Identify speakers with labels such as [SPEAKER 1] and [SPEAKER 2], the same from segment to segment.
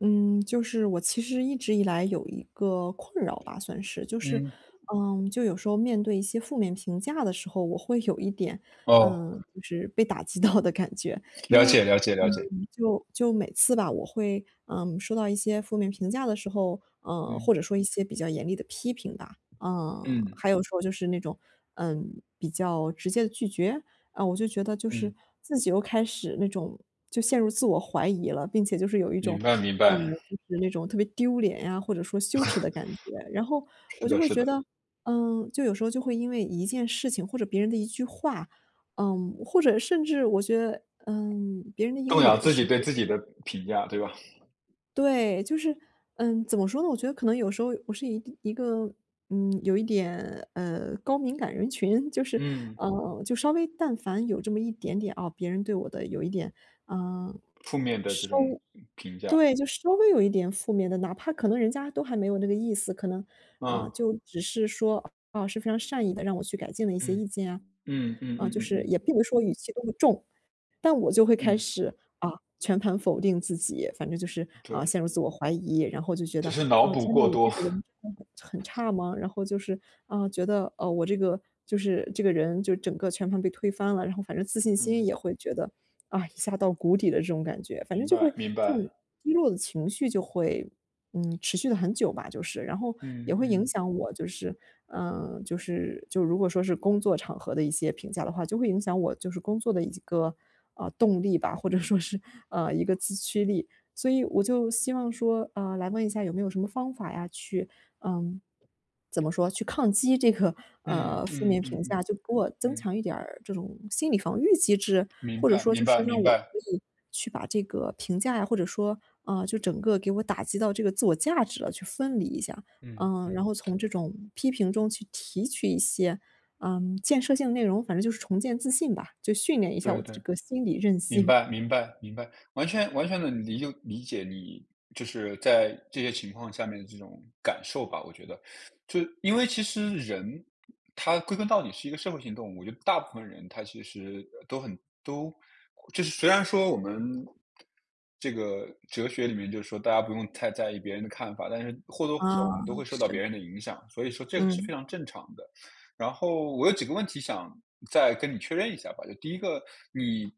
[SPEAKER 1] 嗯，就是我其实一直以来有一个困扰吧，算是，就是，
[SPEAKER 2] 嗯，
[SPEAKER 1] 就有时候面对一些负面评价的时候，我会有一点，
[SPEAKER 2] 哦，
[SPEAKER 1] 就是被打击到的感觉。因
[SPEAKER 2] 了
[SPEAKER 1] 为，
[SPEAKER 2] 解了解了解，
[SPEAKER 1] 就每次吧，我会，收到一些负面评价的时候，
[SPEAKER 2] 嗯
[SPEAKER 1] 或者说一些比较严厉的批评吧，
[SPEAKER 2] 嗯
[SPEAKER 1] 还有说就是那种，比较直接的拒绝，我就觉得就是
[SPEAKER 2] 嗯，
[SPEAKER 1] 自己又开始那种就陷入自我怀疑了，并且就是有一
[SPEAKER 2] 明
[SPEAKER 1] 种，
[SPEAKER 2] 白明
[SPEAKER 1] 嗯，
[SPEAKER 2] 白，
[SPEAKER 1] 就是那种特别丢脸呀，或者说羞耻的感觉。然后
[SPEAKER 2] 是
[SPEAKER 1] 我就
[SPEAKER 2] 的
[SPEAKER 1] 会
[SPEAKER 2] 是
[SPEAKER 1] 觉
[SPEAKER 2] 的，
[SPEAKER 1] 得，就有时候就会因为一件事情或者别人的一句话，或者甚至我觉得，别人的一个
[SPEAKER 2] 动摇
[SPEAKER 1] 眼
[SPEAKER 2] 自己
[SPEAKER 1] 神。
[SPEAKER 2] 对自己的评价，对吧？
[SPEAKER 1] 对，就是，怎么说呢？我觉得可能有时候我是一个，有一点高敏感人群，就是，
[SPEAKER 2] 嗯，
[SPEAKER 1] 就稍微但凡有这么一点点啊，别人对我的有一点，嗯、
[SPEAKER 2] 负面的这
[SPEAKER 1] 是，
[SPEAKER 2] 种评价，
[SPEAKER 1] 对，就稍微有一点负面的，哪怕可能人家都还没有那个意思，可能，
[SPEAKER 2] 嗯
[SPEAKER 1] 就只是说是非常善意的让我去改进了一些
[SPEAKER 2] 嗯
[SPEAKER 1] 意见啊，
[SPEAKER 2] 嗯嗯嗯
[SPEAKER 1] 就
[SPEAKER 2] 嗯
[SPEAKER 1] 是
[SPEAKER 2] 嗯
[SPEAKER 1] 也并不是说语气多么重，但我就会开
[SPEAKER 2] 嗯，
[SPEAKER 1] 始，啊，全盘否定自己，反正就是，
[SPEAKER 2] 对，
[SPEAKER 1] 陷入自我怀疑，然后就觉得，
[SPEAKER 2] 只是脑
[SPEAKER 1] 啊，
[SPEAKER 2] 补
[SPEAKER 1] 天呐，
[SPEAKER 2] 过
[SPEAKER 1] 我这
[SPEAKER 2] 多，
[SPEAKER 1] 个人真的很差吗？然后就是，觉得，我这个就是这个人就整个全盘被推翻了，然后反正自信 心
[SPEAKER 2] 嗯，
[SPEAKER 1] 也会觉得，一下到谷底的这种感觉，反正
[SPEAKER 2] 明
[SPEAKER 1] 就会
[SPEAKER 2] 白明
[SPEAKER 1] 这
[SPEAKER 2] 白，
[SPEAKER 1] 种低落的情绪就会持续的很久吧，就是，然后也
[SPEAKER 2] 嗯
[SPEAKER 1] 会影
[SPEAKER 2] 嗯
[SPEAKER 1] 响我，就是，就是就如果说是工作场合的一些评价的话，就会影响我就是工作的一个动力吧，或者说是一个自驱力。所以我就希望说，来问一下有没有什么方法呀，去，嗯，怎么说，去抗击这个
[SPEAKER 2] 嗯
[SPEAKER 1] 负
[SPEAKER 2] 嗯
[SPEAKER 1] 面
[SPEAKER 2] 嗯
[SPEAKER 1] 评
[SPEAKER 2] 嗯
[SPEAKER 1] 价，就给我增
[SPEAKER 2] 嗯，
[SPEAKER 1] 强一点儿这种心理防御机制，
[SPEAKER 2] 明
[SPEAKER 1] 或者
[SPEAKER 2] 白
[SPEAKER 1] 说
[SPEAKER 2] 明
[SPEAKER 1] 就
[SPEAKER 2] 白
[SPEAKER 1] 是
[SPEAKER 2] 明
[SPEAKER 1] 让我
[SPEAKER 2] 白，
[SPEAKER 1] 可以去把这个评价呀，或者说，就整个给我打击到这个自我价值了，去分离一下。
[SPEAKER 2] 嗯嗯，
[SPEAKER 1] 然后从这种批评中去提取一些，建设性内容，反正就是重建自信吧，就训练一下
[SPEAKER 2] 对
[SPEAKER 1] 我的
[SPEAKER 2] 对。
[SPEAKER 1] 这个心理韧
[SPEAKER 2] 明
[SPEAKER 1] 性。
[SPEAKER 2] 白，明白，明白，完全的理解你就是在这些情况下面的这种感受吧，我觉得。就因为其实人，他归根到底是一个社会性动物，我觉得大部分人他其实都都就是虽然说我们这个哲学里面就是说大家不用太在意别人的看法，但是或多或少
[SPEAKER 1] 啊，
[SPEAKER 2] 我们都会受到别
[SPEAKER 1] 是，
[SPEAKER 2] 人的影响，所以说这个是
[SPEAKER 1] 嗯。
[SPEAKER 2] 非常正常的。然后我有几个问题想再跟你确认一下吧。就第一个，你，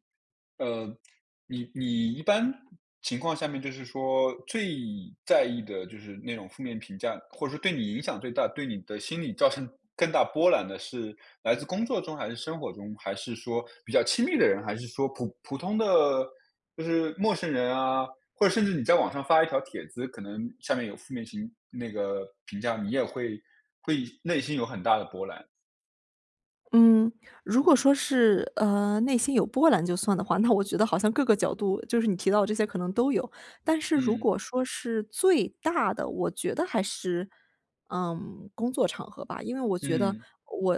[SPEAKER 2] 呃，你一般情况下面，就是说最在意的就是那种负面评价，或者说对你影响最大、对你的心理造成更大波澜的是来自工作中，还是生活中，还是说比较亲密的人，还是说普通的就是陌生人啊？或者甚至你在网上发一条帖子，可能下面有负面评那个评价，你也会内心有很大的波澜。
[SPEAKER 1] 嗯，如果说是，内心有波澜就算的话，那我觉得好像各个角度，就是你提到的这些可能都有。但是如
[SPEAKER 2] 嗯，
[SPEAKER 1] 果说是最大的，我觉得还是，工作场合吧。因为我觉得
[SPEAKER 2] 嗯，
[SPEAKER 1] 我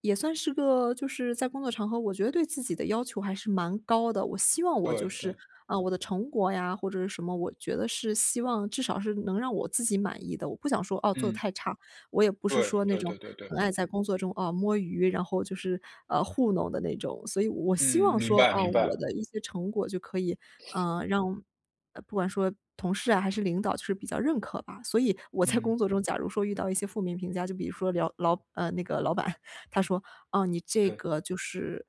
[SPEAKER 1] 也算是个就是在工作场合，我觉得对自己的要求还是蛮高的。我希望我
[SPEAKER 2] 对
[SPEAKER 1] 就是，
[SPEAKER 2] 对，
[SPEAKER 1] 我的成果呀，或者是什么，我觉得是希望至少是能让我自己满意的。我不想说，哦，做的
[SPEAKER 2] 嗯，
[SPEAKER 1] 太差，我也不是
[SPEAKER 2] 对
[SPEAKER 1] 说那
[SPEAKER 2] 对
[SPEAKER 1] 种
[SPEAKER 2] 对对对，
[SPEAKER 1] 很爱在工作中，摸鱼，然后就是，糊弄的那种。所以我希
[SPEAKER 2] 嗯，
[SPEAKER 1] 望
[SPEAKER 2] 明
[SPEAKER 1] 说，
[SPEAKER 2] 白
[SPEAKER 1] 哦，
[SPEAKER 2] 明白，
[SPEAKER 1] 我的一些成果就可以，让不管说同事啊还是领导就是比较认可吧。所以我在
[SPEAKER 2] 嗯，
[SPEAKER 1] 工作中假如说遇到一些负面评价，就比如说那个老板，他说："哦你这
[SPEAKER 2] 对，
[SPEAKER 1] 个就是，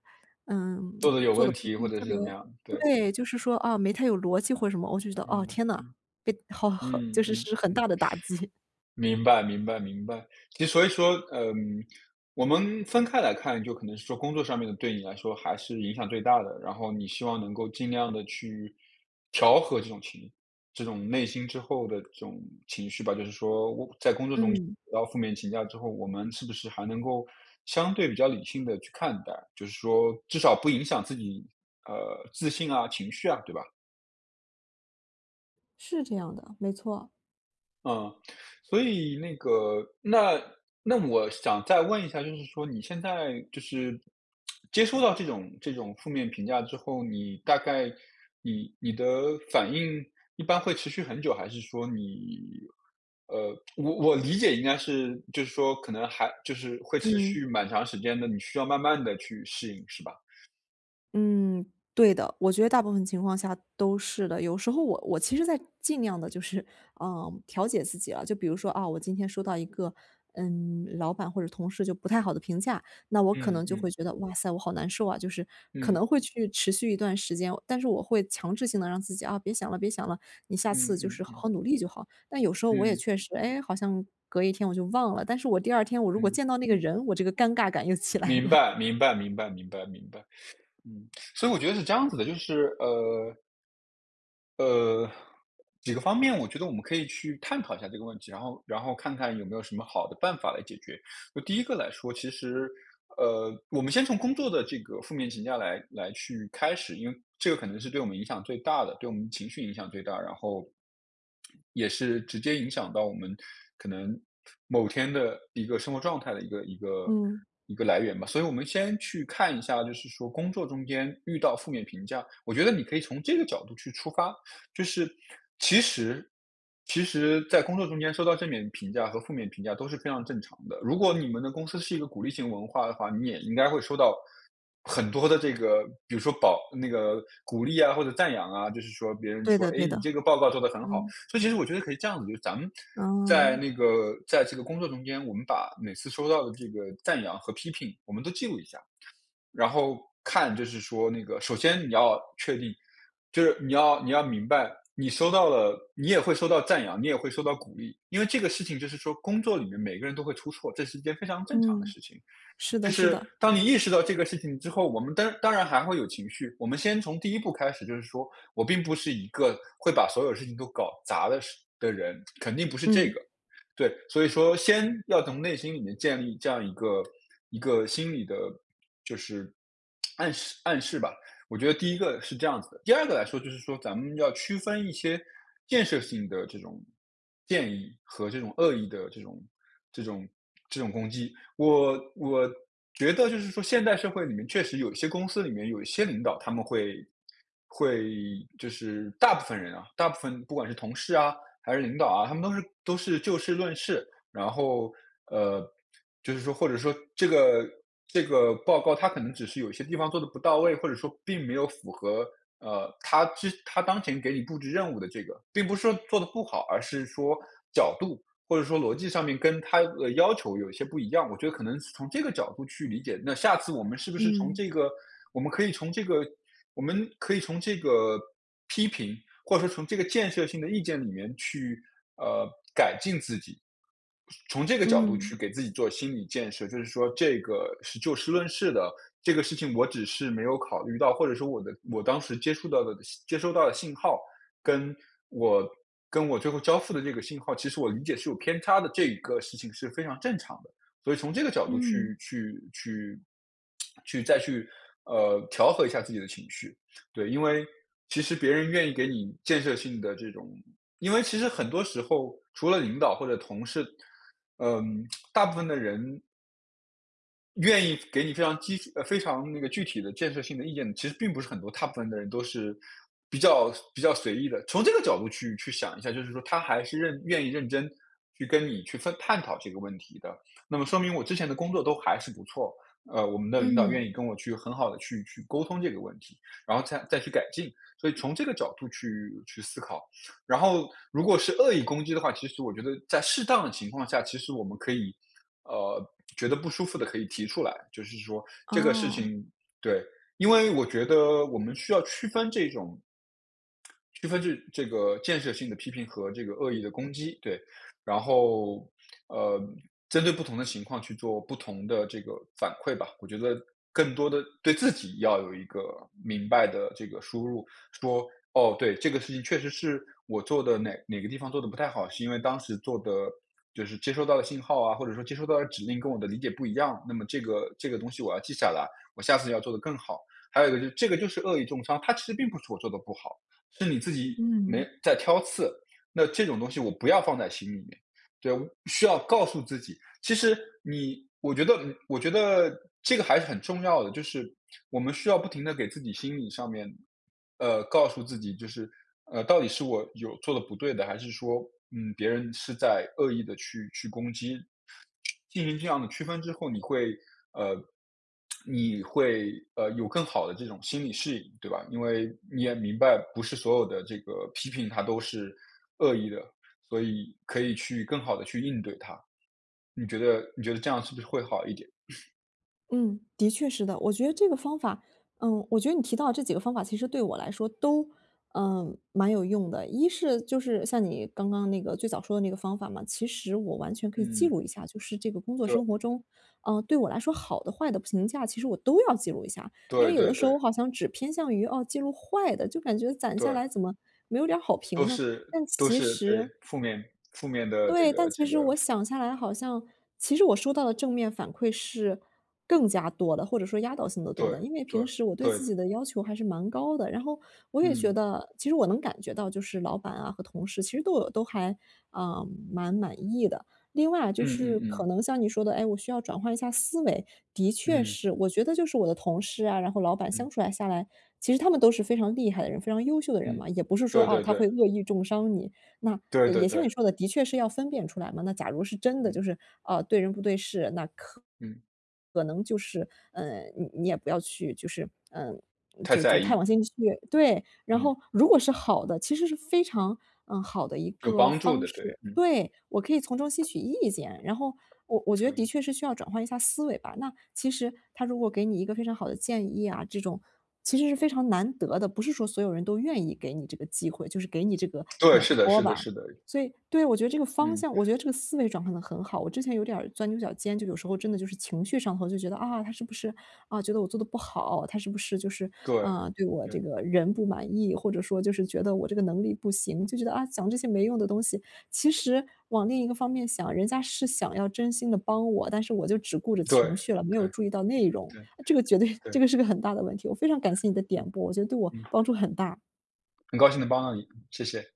[SPEAKER 1] 嗯
[SPEAKER 2] 做的 有
[SPEAKER 1] 做
[SPEAKER 2] 问
[SPEAKER 1] 的不
[SPEAKER 2] 题或
[SPEAKER 1] 是
[SPEAKER 2] 者
[SPEAKER 1] 特
[SPEAKER 2] 是怎
[SPEAKER 1] 别"。
[SPEAKER 2] 么样，对，
[SPEAKER 1] 对，就是说，没太有逻辑或者什么，我就觉得，哦，
[SPEAKER 2] 嗯，
[SPEAKER 1] 天呐，被好好就
[SPEAKER 2] 嗯
[SPEAKER 1] 是
[SPEAKER 2] 嗯。
[SPEAKER 1] 是很大的打击。
[SPEAKER 2] 明白，明白，明白。其实所以说，嗯，我们分开来看，就可能是说工作上面的对你来说还是影响最大的，然后你希望能够尽量的去调和这种内心之后的这种情绪吧，就是说我在工作中遇
[SPEAKER 1] 嗯。
[SPEAKER 2] 到负面评价之后，我们是不是还能够相对比较理性的去看待，就是说至少不影响自己，自信啊、情绪啊，对吧？
[SPEAKER 1] 是这样的，没错。
[SPEAKER 2] 嗯，所以那个，那我想再问一下，就是说你现在就是 接收到这种负面评价之后，你大概你的反应一般会持续很久，还是说你我理解应该是就是说可能还就是会持
[SPEAKER 1] 嗯
[SPEAKER 2] 续蛮长时间的，你需要慢慢的去适应，是吧？
[SPEAKER 1] 嗯，对的，我觉得大部分情况下都是的。有时候我其实在尽量的就是，调节自己了。就比如说，我今天收到一个，老板或者同事就不太好的评价，那我可
[SPEAKER 2] 嗯
[SPEAKER 1] 能就
[SPEAKER 2] 嗯
[SPEAKER 1] 会觉得，哇塞，我好难受啊，就是可
[SPEAKER 2] 嗯
[SPEAKER 1] 能会去持续一段时间，但是我会强制性的让自己，别想了别想了，你下
[SPEAKER 2] 嗯
[SPEAKER 1] 次就
[SPEAKER 2] 嗯
[SPEAKER 1] 是好
[SPEAKER 2] 嗯
[SPEAKER 1] 好努力就好。但有时候我也
[SPEAKER 2] 嗯
[SPEAKER 1] 确实，哎，好像隔一天我就忘了，但是我第二天我如果
[SPEAKER 2] 嗯，
[SPEAKER 1] 见到那个人，我这个尴尬感又起来
[SPEAKER 2] 明
[SPEAKER 1] 了。
[SPEAKER 2] 白明白明白明白明白。嗯，所以我觉得是这样子的，就是呃，几个方面，我觉得我们可以去探讨一下这个问题，然后看看有没有什么好的办法来解决。就第一个来说，其实，我们先从工作的这个负面评价来去开始，因为这个可能是对我们影响最大的，对我们情绪影响最大，然后也是直接影响到我们可能某天的一个生活状态的一个一个
[SPEAKER 1] 嗯，
[SPEAKER 2] 一个来源吧。所以我们先去看一下，就是说工作中间遇到负面评价，我觉得你可以从这个角度去出发，就是其实其实在工作中间收到正面评价和负面评价都是非常正常的。如果你们的公司是一个鼓励型文化的话，你也应该会收到很多的这个，比如说那个鼓励啊，或者赞扬啊，就是说别人
[SPEAKER 1] 对
[SPEAKER 2] 说，
[SPEAKER 1] 的
[SPEAKER 2] 哎，
[SPEAKER 1] 对的，
[SPEAKER 2] 你这个报告做得很好。
[SPEAKER 1] 嗯，
[SPEAKER 2] 所以其实我觉得可以这样子，就是咱们在
[SPEAKER 1] 嗯，
[SPEAKER 2] 那个在这个工作中间，我们把每次收到的这个赞扬和批评，我们都记录一下。然后看就是说那个，首先你要确定，就是你要明白，你收到了，你也会收到赞扬，你也会收到鼓励，因为这个事情就是说，工作里面每个人都会出错，这是一件非常正常的
[SPEAKER 1] 嗯，
[SPEAKER 2] 事情。
[SPEAKER 1] 是
[SPEAKER 2] 就
[SPEAKER 1] 的是
[SPEAKER 2] 是
[SPEAKER 1] 的，
[SPEAKER 2] 当你意识到这个事情之后，我们当然还会有情绪。我们先从第一步开始，就是说我并不是一个会把所有事情都搞砸的人，肯定不是这
[SPEAKER 1] 嗯，
[SPEAKER 2] 个。对，所以说先要从内心里面建立这样一个心理的，就是暗示暗示吧。我觉得第一个是这样子的，第二个来说就是说咱们要区分一些建设性的这种建议和这种恶意的这种这种攻击。我觉得就是说，现代社会里面确实有一些公司里面有一些领导，他们会就是大部分人啊，大部分不管是同事啊还是领导啊，他们都是就事论事，然后呃，就是说或者说这个报告它可能只是有些地方做的不到位，或者说并没有符合。他当前给你布置任务的这个，并不是说做的不好，而是说角度或者说逻辑上面跟他的要求有一些不一样，我觉得可能是从这个角度去理解。那下次我们是不是从
[SPEAKER 1] 嗯，
[SPEAKER 2] 这个，我们可以从这个，我们可以从这个批评，或者说从这个建设性的意见里面去呃改进自己，从这个角度去
[SPEAKER 1] 嗯，
[SPEAKER 2] 给自己做心理建设，就是说这个是就事论事的，这个事情我只是没有考虑到，或者说我的我当时接触到的接收到的信号，跟我跟我最后交付的这个信号，其实我理解是有偏差的，这一个事情是非常正常的。所以从这个角度
[SPEAKER 1] 嗯，
[SPEAKER 2] 去再去调和一下自己的情绪，对，因为其实别人愿意给你建设性的因为其实很多时候，除了领导或者同事，嗯，大部分的人愿意给你非常那个具体的建设性的意见的，其实并不是很多，大部分的人都是比较随意的。从这个角度去想一下，就是说他还是愿意认真去跟你去探讨这个问题的，那么说明我之前的工作都还是不错。我们的领导愿意
[SPEAKER 1] 嗯，
[SPEAKER 2] 跟我去很好的去沟通这个问题，然后再去改进，所以从这个角度去思考。然后如果是恶意攻击的话，其实我觉得在适当的情况下，其实我们可以呃，觉得不舒服的可以提出来，就是说这个事
[SPEAKER 1] 哦，
[SPEAKER 2] 情对，因为我觉得我们需要区分这个建设性的批评和这个恶意的攻击，对。然后，呃，针对不同的情况去做不同的这个反馈吧。我觉得更多的对自己要有一个明白的这个输入，说哦，对，这个事情确实是我做的哪个地方做的不太好，是因为当时做的就是接收到的信号啊，或者说接收到的指令跟我的理解不一样。那么这个东西我要记下来，我下次要做的更好。还有一个就是这个就是恶意重伤，它其实并不是我做的不好。是你自己没
[SPEAKER 1] 嗯。
[SPEAKER 2] 在挑刺，那这种东西我不要放在心里面。对，需要告诉自己，其实你，我觉得这个还是很重要的，就是我们需要不停的给自己心理上面，告诉自己，就是到底是我有做的不对的，还是说，嗯，别人是在恶意的去攻击进行这样的区分之后，呃，你会有更好的这种心理适应，对吧？因为你也明白，不是所有的这个批评它都是恶意的，所以可以去更好的去应对它。你觉得这样是不是会好一点？
[SPEAKER 1] 嗯，的确是的。我觉得这个方法，我觉得你提到的这几个方法，其实对我来说都，蛮有用的。一是就是像你刚刚那个最早说的那个方法嘛，其实我完全可以记
[SPEAKER 2] 嗯，
[SPEAKER 1] 录一下，就是这个工作
[SPEAKER 2] 对
[SPEAKER 1] 生活中，对我来说好的坏的评价，其实我都要记录一下。因
[SPEAKER 2] 对
[SPEAKER 1] 为有
[SPEAKER 2] 对
[SPEAKER 1] 的时
[SPEAKER 2] 对
[SPEAKER 1] 候我好像只偏向于记录坏的，就感觉攒下
[SPEAKER 2] 对，
[SPEAKER 1] 来怎么没有点儿好
[SPEAKER 2] 都
[SPEAKER 1] 评呢？
[SPEAKER 2] 是
[SPEAKER 1] 但
[SPEAKER 2] 都
[SPEAKER 1] 其
[SPEAKER 2] 是对
[SPEAKER 1] 实
[SPEAKER 2] 负面负面的这
[SPEAKER 1] 对，
[SPEAKER 2] 个
[SPEAKER 1] 但其
[SPEAKER 2] 这
[SPEAKER 1] 实
[SPEAKER 2] 个，
[SPEAKER 1] 我想下来好像其实我收到的正面反馈是更加多的，或者说压倒性的多
[SPEAKER 2] 对
[SPEAKER 1] 的。因为平
[SPEAKER 2] 对
[SPEAKER 1] 时我对
[SPEAKER 2] 对，
[SPEAKER 1] 自己的要求还是蛮高的，然后我也觉
[SPEAKER 2] 嗯
[SPEAKER 1] 得其实我能感觉到就是老板啊和同事其实都有都还啊，蛮满意的。另外就
[SPEAKER 2] 嗯嗯
[SPEAKER 1] 是可
[SPEAKER 2] 嗯
[SPEAKER 1] 能像你说的，哎，我需要转换一下思维，的确
[SPEAKER 2] 嗯
[SPEAKER 1] 是，我觉得就是我的同事啊，然后老板
[SPEAKER 2] 嗯
[SPEAKER 1] 相处来下来，其实他们都是非常厉害的人，非常优秀的人
[SPEAKER 2] 嗯，
[SPEAKER 1] 嘛，也不是说，
[SPEAKER 2] 对
[SPEAKER 1] 哦，
[SPEAKER 2] 对
[SPEAKER 1] 他
[SPEAKER 2] 对
[SPEAKER 1] 会恶意重伤你。那
[SPEAKER 2] 对对
[SPEAKER 1] 也像
[SPEAKER 2] 对，
[SPEAKER 1] 你说的，的确是要分辨出来嘛。那假如是真的
[SPEAKER 2] 嗯
[SPEAKER 1] 就是，对人不对事，那可
[SPEAKER 2] 嗯。
[SPEAKER 1] 可能就是，呃你也不要去就是，呃
[SPEAKER 2] 太
[SPEAKER 1] 就
[SPEAKER 2] 在
[SPEAKER 1] 就
[SPEAKER 2] 意，
[SPEAKER 1] 太往心里去，对。然
[SPEAKER 2] 嗯，
[SPEAKER 1] 后如果是好的，其实是非常，好的一
[SPEAKER 2] 有
[SPEAKER 1] 个
[SPEAKER 2] 帮助
[SPEAKER 1] 方
[SPEAKER 2] 的，对，
[SPEAKER 1] 式。
[SPEAKER 2] 嗯，
[SPEAKER 1] 对，我可以从中吸取意见，然后我觉得的
[SPEAKER 2] 对，
[SPEAKER 1] 确是需要转换一下思维吧。那其实他如果给你一个非常好的建议啊，这种其实是非常难得的，不是说所有人都愿意给你这个机会，就是给你这个
[SPEAKER 2] 对，
[SPEAKER 1] 点
[SPEAKER 2] 是的
[SPEAKER 1] 拨
[SPEAKER 2] 是的
[SPEAKER 1] 吧。
[SPEAKER 2] 是的，
[SPEAKER 1] 所以对，我觉得这个方
[SPEAKER 2] 嗯，
[SPEAKER 1] 向，我觉得这个思维转换的很好。我之前有点儿钻牛角尖，就有时候真的就是情绪上头，就觉得啊，他是不是啊，觉得我做的不好？他是不是就是
[SPEAKER 2] 对，
[SPEAKER 1] 啊，对我这
[SPEAKER 2] 对，
[SPEAKER 1] 个人不满意，或者说就是觉得我这个能力不行，就觉得啊，讲这些没用的东西。其实往另一个方面想，人家是想要真心的帮我，但是我就只顾着
[SPEAKER 2] 对，
[SPEAKER 1] 情绪了，没有
[SPEAKER 2] 对，
[SPEAKER 1] 注意到内容。
[SPEAKER 2] 对，
[SPEAKER 1] 这个绝对，
[SPEAKER 2] 对，
[SPEAKER 1] 这个是个很大的问题。我非常感谢你的点
[SPEAKER 2] 嗯，
[SPEAKER 1] 拨，我觉得对我
[SPEAKER 2] 嗯，
[SPEAKER 1] 帮助很大。
[SPEAKER 2] 很高兴能帮到你，谢谢。